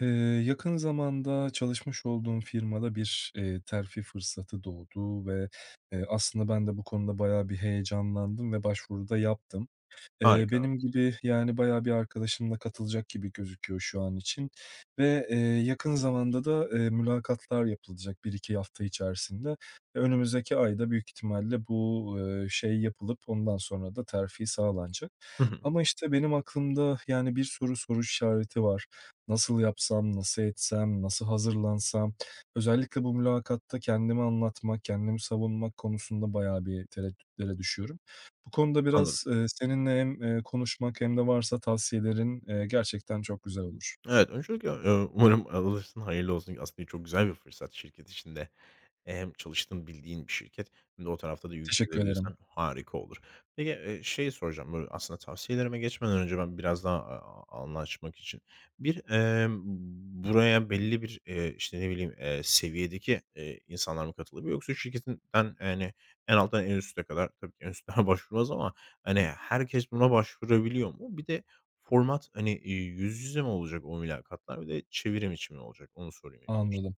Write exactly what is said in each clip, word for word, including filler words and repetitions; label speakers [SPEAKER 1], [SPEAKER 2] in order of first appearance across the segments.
[SPEAKER 1] Eee, Yakın zamanda çalışmış olduğum firmada bir, eee, terfi fırsatı doğdu ve eee, aslında ben de bu konuda bayağı bir heyecanlandım ve başvuruda yaptım. Eee,
[SPEAKER 2] Harika.
[SPEAKER 1] benim gibi, yani, bayağı bir arkadaşımla katılacak gibi gözüküyor şu an için ve eee, yakın zamanda da eee, mülakatlar yapılacak bir iki hafta içerisinde. Önümüzdeki ayda büyük ihtimalle bu, eee, şey yapılıp ondan sonra da terfi sağlanacak.
[SPEAKER 2] Hı hı.
[SPEAKER 1] Ama, işte, benim aklımda, yani, bir soru soru işareti var. Nasıl yapsam, nasıl etsem, nasıl hazırlansam? Özellikle bu mülakatta kendimi anlatmak, kendimi savunmak konusunda bayağı bir tereddütlere düşüyorum. Bu konuda
[SPEAKER 2] Anladım.
[SPEAKER 1] biraz, eee, seninle hem eee, konuşmak hem de varsa tavsiyelerin eee, gerçekten çok güzel olur.
[SPEAKER 2] Evet, öncelikle, eee, umarım alırsın, hayırlı olsun. Aslında çok güzel bir fırsat şirket içinde. E, hem çalıştığın, bildiğin bir şirket, hem de o tarafta da
[SPEAKER 1] Teşekkür ederim.
[SPEAKER 2] yükselebilirsen harika olur. Peki, eee, şey soracağım, böyle, aslında tavsiyelerime geçmeden önce ben biraz daha a a anlaşmak için bir, emm, buraya belli bir, eee, işte, ne bileyim, eee, seviyedeki, eee, insanlar mı katılabiliyor, yoksa şirketinden, yani en alttan en üste kadar, tabii ki en üstlere başvurulmaz ama, hani, herkes buna başvurabiliyor mu? Bir de format, hani, eee, yüz yüze mi olacak o mülakatlar? Bir de çevirim için mi olacak? Onu sorayım.
[SPEAKER 1] Anladım.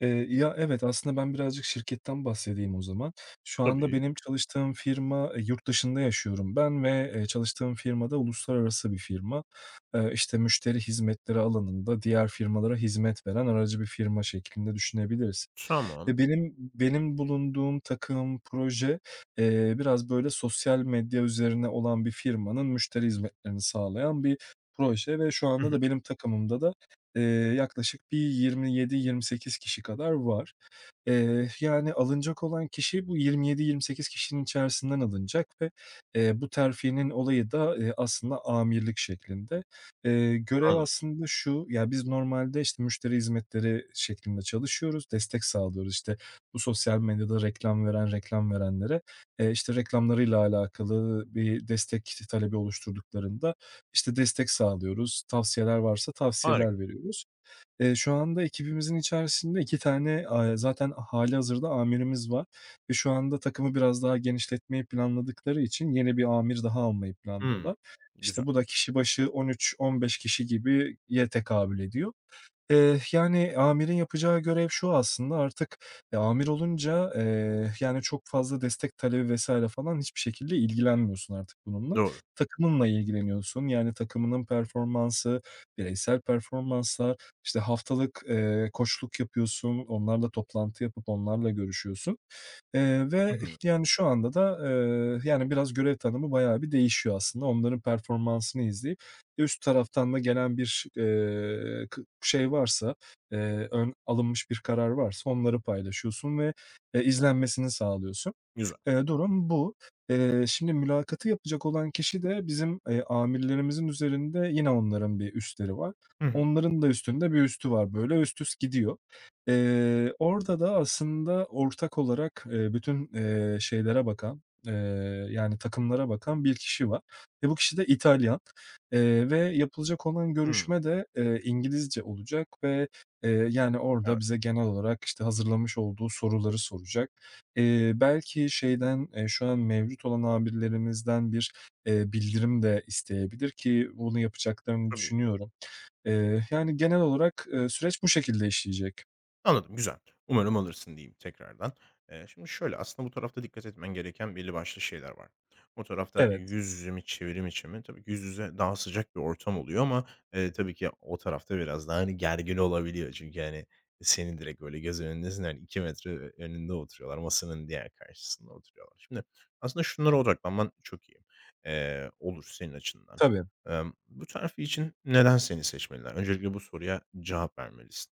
[SPEAKER 1] Eee, ya, evet, aslında ben birazcık şirketten bahsedeyim o zaman. Şu anda
[SPEAKER 2] Tabii.
[SPEAKER 1] benim çalıştığım firma, eee, yurt dışında yaşıyorum ben ve eee, çalıştığım firma da uluslararası bir firma. Eee, işte, müşteri hizmetleri alanında diğer firmalara hizmet veren aracı bir firma şeklinde düşünebilirsin. Ve
[SPEAKER 2] Tamam.
[SPEAKER 1] benim benim bulunduğum takım, proje, eee, biraz böyle sosyal medya üzerine olan bir firmanın müşteri hizmetlerini sağlayan bir proje ve şu anda da benim takımımda da eee, yaklaşık bir yirmi yedi, yirmi sekiz kişi kadar var. Eee, yani, alınacak olan kişi bu yirmi yedi, yirmi sekiz kişinin içerisinden alınacak ve eee, bu terfinin olayı da eee, aslında amirlik şeklinde. Eee, görev
[SPEAKER 2] Anladım.
[SPEAKER 1] aslında şu, ya, biz normalde, işte, müşteri hizmetleri şeklinde çalışıyoruz, destek sağlıyoruz. İşte. Bu sosyal medyada reklam veren, reklam verenlere eee, işte, reklamlarıyla alakalı bir destek talebi oluşturduklarında, işte, destek sağlıyoruz, tavsiyeler varsa
[SPEAKER 2] Harika.
[SPEAKER 1] tavsiyeler veriyoruz. Eee, şu anda ekibimizin içerisinde iki tane, aaa, zaten hâlihazırda amirimiz var ve şu anda takımı biraz daha genişletmeyi planladıkları için yeni bir amir daha almayı
[SPEAKER 2] Hımm.
[SPEAKER 1] planlıyorlar. İşte,
[SPEAKER 2] Güzel.
[SPEAKER 1] bu da kişi başı on üç, on beş kişi gibiye tekabül ediyor. Eee, yani, amirin yapacağı görev şu aslında, artık eee, amir olunca eee, yani, çok fazla destek talebi vesaire falan hiçbir şekilde ilgilenmiyorsun artık bununla.
[SPEAKER 2] Doğru.
[SPEAKER 1] Takımınla ilgileniyorsun. Yani, takımının performansı, bireysel performanslar, işte, haftalık, eee, koçluk yapıyorsun, onlarla toplantı yapıp onlarla görüşüyorsun eee,
[SPEAKER 2] Hı
[SPEAKER 1] ve,
[SPEAKER 2] hı.
[SPEAKER 1] yani, şu anda da eee, yani, biraz görev tanımı bayağı bir değişiyor aslında. Onların performansını izleyip üst taraftan da gelen bir, eee, kı şey varsa eee, ön alınmış bir karar varsa onları paylaşıyorsun ve eee, izlenmesini sağlıyorsun.
[SPEAKER 2] Güzel.
[SPEAKER 1] Eee, durum bu. Eee, şimdi mülakatı yapacak olan kişi de bizim eee, amirlerimizin üzerinde yine onların bir üstleri var.
[SPEAKER 2] Hı hı.
[SPEAKER 1] Onların da üstünde bir üstü var, böyle üst üst gidiyor. Eee, orada da aslında ortak olarak eee, bütün eee, şeylere bakan eee, yani takımlara bakan bir kişi var ve bu kişi de İtalyan eee, ve yapılacak olan
[SPEAKER 2] Hımm.
[SPEAKER 1] görüşme de eee, İngilizce olacak ve eee, yani orada
[SPEAKER 2] Evet.
[SPEAKER 1] bize genel olarak, işte, hazırlamış olduğu soruları soracak. Eee, belki şeyden eee, şu an mevcut olan abilerimizden bir, eee, bildirim de isteyebilir ki bunu yapacaklarını
[SPEAKER 2] Tabii.
[SPEAKER 1] düşünüyorum. Eee, yani genel olarak eee, süreç bu şekilde işleyecek.
[SPEAKER 2] Anladım, güzel. Umarım alırsın diyeyim tekrardan. Eee, şimdi şöyle, aslında bu tarafta dikkat etmen gereken belli başlı şeyler var. O tarafta
[SPEAKER 1] Evet,
[SPEAKER 2] yüz yüze mi, çevrim içi mi? Tabii ki yüz yüze daha sıcak bir ortam oluyor ama, eee, tabii ki o tarafta biraz daha, hani, gergin olabiliyor. Çünkü, yani, senin direkt böyle göz önündesin, yani iki metre ö önünde oturuyorlar, masanın diğer karşısında oturuyorlar. Şimdi aslında şunlara odaklanman çok iyi, eee, olur senin açından.
[SPEAKER 1] tabii,
[SPEAKER 2] Emm, bu terfi için neden seni seçmeliler? Öncelikle bu soruya cevap vermelisin.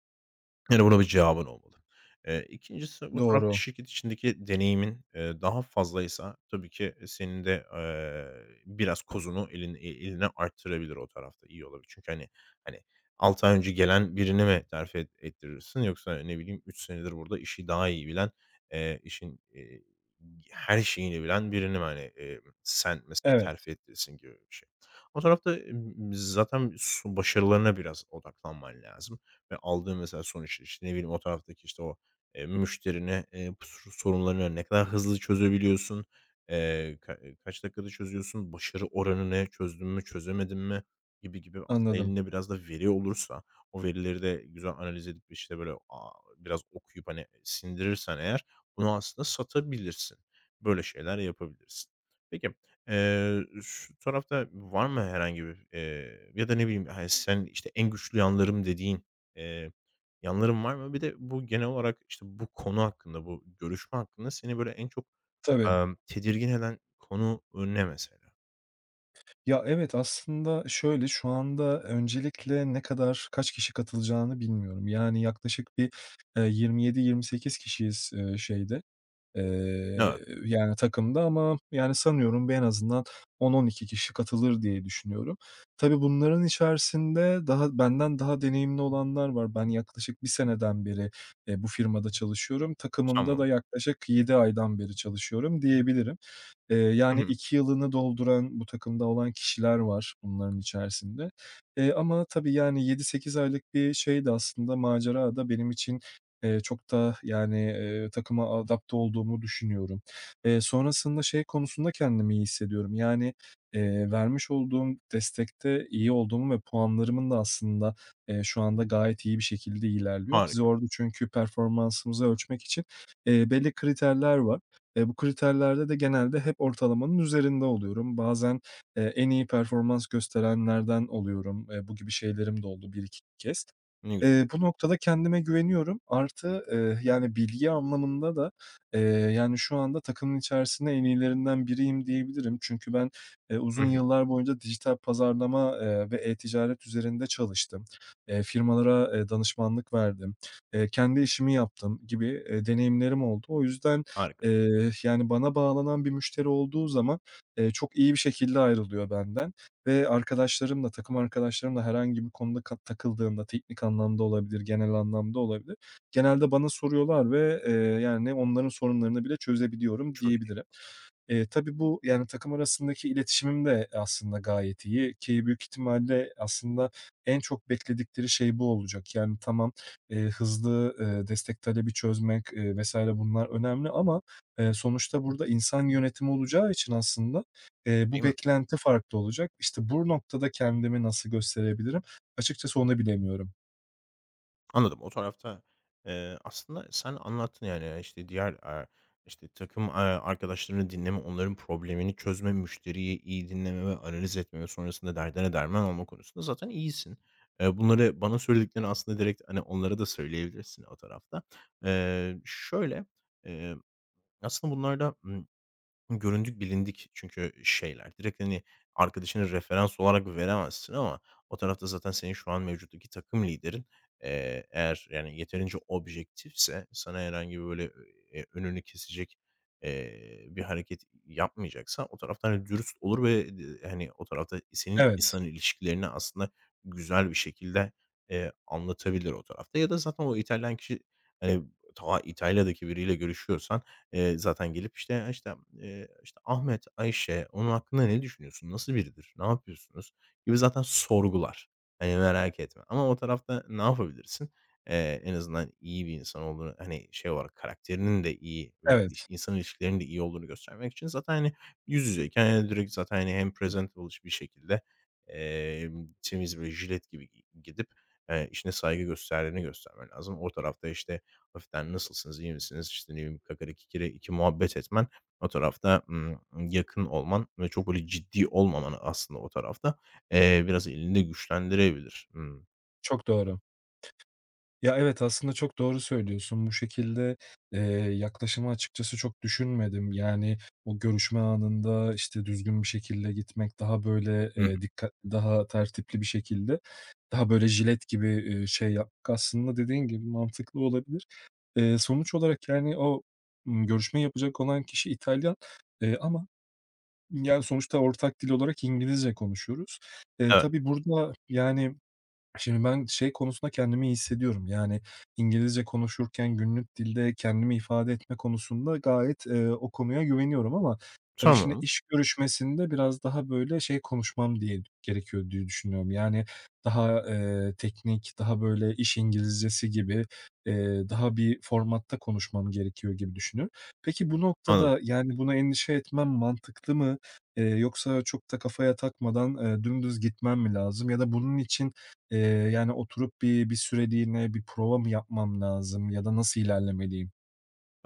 [SPEAKER 2] Yani, buna bir cevabın olmalı. Eee, ikincisi, bu tarafta
[SPEAKER 1] doğru.
[SPEAKER 2] şirket içindeki deneyimin, eee, daha fazlaysa tabii ki senin de, eee, biraz kozunu elin e eline arttırabilir o tarafta. İyi olabilir. Çünkü, hani hani, altı ay önce gelen birini mi terfi et ettirirsin, yoksa ne bileyim üç senedir burada işi daha iyi bilen, eee, işin, eee, her şeyini bilen birini mi, hani, eee, sen mesela
[SPEAKER 1] Evet,
[SPEAKER 2] terfi ettirirsin gibi bir şey. O tarafta, emm, zaten su başarılarına biraz odaklanman lazım. Ve aldığım mesela sonuç, işte, ne bileyim, o taraftaki, işte, o, eee, müşterine, eee, s sorunlarını ne kadar hızlı çözebiliyorsun, eee, ka kaç dakikada çözüyorsun, başarı oranı ne, çözdün mü, çözemedin mi gibi gibi, aslında
[SPEAKER 1] anladım.
[SPEAKER 2] elinde biraz da veri olursa, o verileri de güzel analiz edip, işte, böyle, aaa, biraz okuyup, hani, sindirirsen eğer, bunu aslında satabilirsin. Böyle şeyler yapabilirsin. Peki, eee, şu tarafta var mı herhangi bir, eee, ya da ne bileyim, hani, sen, işte, en güçlü yanlarım dediğin eee, yanlarım var mı? Bir de bu genel olarak, işte, bu konu hakkında, bu görüşme hakkında seni böyle en çok,
[SPEAKER 1] Tabii.
[SPEAKER 2] emm, tedirgin eden konu ne mesela?
[SPEAKER 1] Ya, evet, aslında şöyle, şu anda öncelikle ne kadar, kaç kişi katılacağını bilmiyorum. Yani yaklaşık bir, eee, yirmi yedi, yirmi sekiz kişiyiz eee, şeyde. Eee,
[SPEAKER 2] Evet,
[SPEAKER 1] Yani, takımda ama, yani, sanıyorum bir en azından on on iki kişi katılır diye düşünüyorum. Tabii bunların içerisinde daha benden daha deneyimli olanlar var. Ben yaklaşık bir seneden beri eee, bu firmada çalışıyorum. Takımımda da
[SPEAKER 2] tamam.
[SPEAKER 1] yaklaşık yedi aydan beri çalışıyorum diyebilirim. Eee,
[SPEAKER 2] Hı
[SPEAKER 1] yani
[SPEAKER 2] hı.
[SPEAKER 1] iki yılını dolduran bu takımda olan kişiler var bunların içerisinde. Eee, ama tabii, yani, yedi sekiz aylık bir şeydi aslında macera da benim için eee, çok da, yani eee, takıma adapte olduğumu düşünüyorum. Eee, sonrasında şey konusunda kendimi iyi hissediyorum. Yani eee, vermiş olduğum destekte iyi olduğumu ve puanlarımın da aslında eee, şu anda gayet iyi bir şekilde ilerliyor. Biz
[SPEAKER 2] Harika.
[SPEAKER 1] orada çünkü performansımızı ölçmek için eee, belli kriterler var. Eee, bu kriterlerde de genelde hep ortalamanın üzerinde oluyorum. Bazen eee, en iyi performans gösterenlerden oluyorum. Eee, bu gibi şeylerim de oldu bir iki kez.
[SPEAKER 2] Ne güzel.
[SPEAKER 1] Eee, bu noktada kendime güveniyorum. Artı eee, yani, bilgi anlamında da eee, yani, şu anda takımın içerisinde en iyilerinden biriyim diyebilirim. Çünkü ben eee, uzun
[SPEAKER 2] Hı hı.
[SPEAKER 1] yıllar boyunca dijital pazarlama, eee, ve e-ticaret üzerinde çalıştım. Eee, firmalara eee, danışmanlık verdim. Eee, kendi işimi yaptım gibi eee, deneyimlerim oldu. O yüzden,
[SPEAKER 2] Harika.
[SPEAKER 1] Eee, yani, bana bağlanan bir müşteri olduğu zaman eee, çok iyi bir şekilde ayrılıyor benden ve arkadaşlarımla, takım arkadaşlarımla herhangi bir konuda ka takıldığımda, teknik anlamda olabilir, genel anlamda olabilir, genelde bana soruyorlar ve eee, yani, onların sorunlarını bile çözebiliyorum
[SPEAKER 2] Çok iyi,
[SPEAKER 1] diyebilirim. Eee, tabii bu, yani, takım arasındaki iletişimim de aslında gayet iyi ki büyük ihtimalle aslında en çok bekledikleri şey bu olacak. Yani, tamam eee, hızlı eee, destek talebi çözmek, eee, vesaire bunlar önemli ama eee, sonuçta burada insan yönetimi olacağı için aslında eee, bu
[SPEAKER 2] değil mi?
[SPEAKER 1] beklenti farklı olacak. İşte, bu noktada kendimi nasıl gösterebilirim? Açıkçası onu bilemiyorum.
[SPEAKER 2] Anladım. O tarafta, eee, aslında sen anlattın, yani, işte, diğer, aaa, işte, takım, aaa, arkadaşlarını dinleme, onların problemini çözme, müşteriyi iyi dinleme ve analiz etme ve sonrasında derdine derman olma konusunda zaten iyisin. Eee, bunları bana söylediklerini aslında direkt, hani, onlara da söyleyebilirsin o tarafta. Eee, şöyle, eee, aslında bunlarda, göründük, bilindik çünkü şeyler. Direkt, hani, arkadaşını referans olarak veremezsin, ama o tarafta zaten senin şu an mevcuttaki takım liderin, eee, eğer, yani, yeterince objektifse, sana herhangi böyle, eee, önünü kesecek, eee, bir hareket yapmayacaksa o tarafta, hani, dürüst olur ve d hani, o tarafta senin
[SPEAKER 1] Evet,
[SPEAKER 2] insan ilişkilerini aslında güzel bir şekilde, eee, anlatabilir o tarafta, ya da zaten o İtalyan kişi, hani, ta İtalya'daki biriyle görüşüyorsan, Eee, zaten gelip, işte, işte, eee, işte, "Ahmet, Ayşe, onun hakkında ne düşünüyorsun? Nasıl biridir? Ne yapıyorsunuz?" gibi zaten sorgular. Hani, merak etme. Ama o tarafta ne yapabilirsin? Eee, en azından iyi bir insan olduğunu, hani, şey olarak karakterinin de iyi ve iliş
[SPEAKER 1] evet,
[SPEAKER 2] insan ilişkilerinin de iyi olduğunu göstermek için zaten, hani, yüz yüzeyken, hani, direkt zaten, hani, hem presentable bir şekilde, emm, temiz, böyle jilet gibi gi gidip, eee, işine saygı gösterdiğini göstermen lazım. O tarafta, işte, hafiften "nasılsınız, iyi misiniz", işte, ne bileyim, kakariki iki muhabbet etmen, o tarafta, ımm, yakın olman ve çok böyle ciddi olmaman aslında o tarafta, eee, biraz elinde güçlendirebilir. Hımm.
[SPEAKER 1] çok doğru. Ya, evet, aslında çok doğru söylüyorsun. Bu şekilde eee, yaklaşımı açıkçası çok düşünmedim. Yani, o görüşme anında, işte, düzgün bir şekilde gitmek, daha böyle
[SPEAKER 2] Hı hı.
[SPEAKER 1] eee, dikkat, daha tertipli bir şekilde, daha böyle jilet gibi eee, şey yapmak aslında dediğin gibi mantıklı olabilir. Eee, sonuç olarak, yani, o, ımm, görüşmeyi yapacak olan kişi İtalyan eee, ama, yani, sonuçta ortak dil olarak İngilizce konuşuyoruz. Eee,
[SPEAKER 2] Evet.
[SPEAKER 1] tabii burada, yani, şimdi ben şey konusunda kendimi iyi hissediyorum. Yani, İngilizce konuşurken günlük dilde kendimi ifade etme konusunda gayet eee, o konuya güveniyorum ama tabii şimdi
[SPEAKER 2] Tamam.
[SPEAKER 1] iş görüşmesinde biraz daha, böyle, şey konuşmam diye gerekiyor diye düşünüyorum. Yani, daha eee, teknik, daha, böyle, iş İngilizcesi gibi eee, daha bir formatta konuşmam gerekiyor gibi düşünüyorum. Peki bu
[SPEAKER 2] Anladım.
[SPEAKER 1] noktada, yani, buna endişe etmem mantıklı mı? Eee, yoksa çok da kafaya takmadan eee, dümdüz gitmem mi lazım ya da bunun için Eee, yani, oturup bir bir süreliğine bir prova mı yapmam lazım ya da nasıl ilerlemeliyim?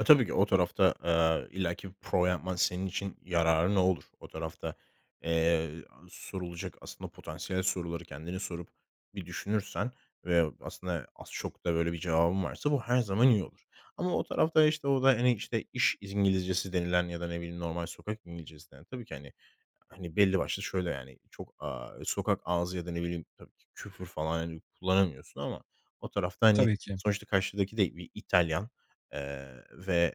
[SPEAKER 2] E, tabii ki o tarafta, eee, illaki bir prova yapman senin için yararı ne olur. O tarafta, eee, sorulacak aslında potansiyel soruları kendini sorup bir düşünürsen ve aslında az çok da böyle bir cevabın varsa, bu her zaman iyi olur. Ama o tarafta, işte, o da, hani, işte, iş İngilizcesi denilen ya da ne bileyim normal sokak İngilizcesi denilen, tabii ki, hani, hani, belli başlı şöyle, yani, çok, aaa, sokak ağzı ya da ne bileyim tabii ki küfür falan, hani, kullanamıyorsun, ama o tarafta, hani,
[SPEAKER 1] Tabii ki.
[SPEAKER 2] sonuçta karşıdaki de bir İtalyan, eee, ve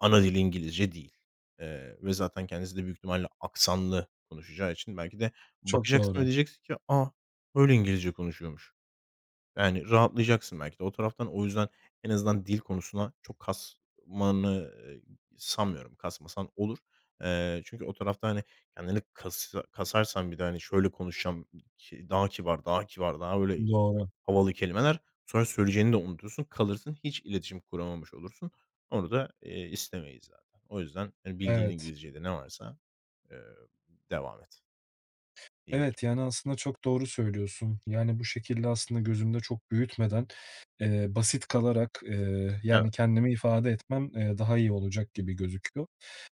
[SPEAKER 2] ana dili İngilizce değil. Eee, ve zaten kendisi de büyük ihtimalle aksanlı konuşacağı için, belki de
[SPEAKER 1] Çok
[SPEAKER 2] bakacaksın ve
[SPEAKER 1] doğru.
[SPEAKER 2] diyeceksin ki, "A! Böyle İngilizce konuşuyormuş." Yani rahatlayacaksın belki de o taraftan. O yüzden en azından dil konusuna çok kasmanı, eee, sanmıyorum. Kasmasan olur. Eee, çünkü o tarafta, hani, kendini kas kasarsan bir de, hani, şöyle konuşacağım ki, daha kibar, daha kibar, daha böyle
[SPEAKER 1] Doğru.
[SPEAKER 2] havalı kelimeler. Sonra söyleyeceğini de unutursun, kalırsın, hiç iletişim kuramamış olursun. Onu da, eee, istemeyiz zaten. O yüzden, hani, bildiğin
[SPEAKER 1] Evet.
[SPEAKER 2] İngilizcede ne varsa, eee, devam et diyebilirim.
[SPEAKER 1] Evet, yani, aslında çok doğru söylüyorsun. Yani, bu şekilde aslında gözümde çok büyütmeden eee, basit kalarak eee,
[SPEAKER 2] Evet.
[SPEAKER 1] yani, kendimi ifade etmem eee, daha iyi olacak gibi gözüküyor.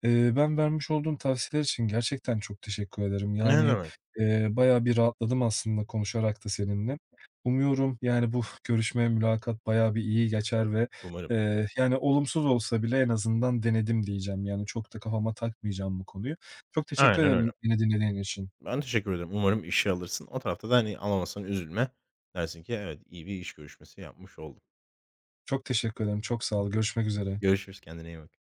[SPEAKER 1] Eee, ben vermiş olduğun tavsiyeler için gerçekten çok teşekkür ederim.
[SPEAKER 2] Ne
[SPEAKER 1] Yani
[SPEAKER 2] demek,
[SPEAKER 1] eee, bayağı bir rahatladım aslında konuşarak da seninle. Umuyorum, yani, bu görüşme, mülakat bayağı bir iyi geçer ve
[SPEAKER 2] umarım.
[SPEAKER 1] eee, yani, olumsuz olsa bile en azından denedim diyeceğim. Yani, çok da kafama takmayacağım bu konuyu. Çok teşekkür
[SPEAKER 2] Aynen öyle.
[SPEAKER 1] ederim beni dinlediğin için.
[SPEAKER 2] Ben teşekkür ederim. Umarım işe alırsın. O tarafta da, hani, alamazsan üzülme. Dersin ki, "Evet, iyi bir iş görüşmesi yapmış oldum."
[SPEAKER 1] Çok teşekkür ederim. Çok sağ ol. Görüşmek üzere.
[SPEAKER 2] Görüşürüz, kendine iyi bak.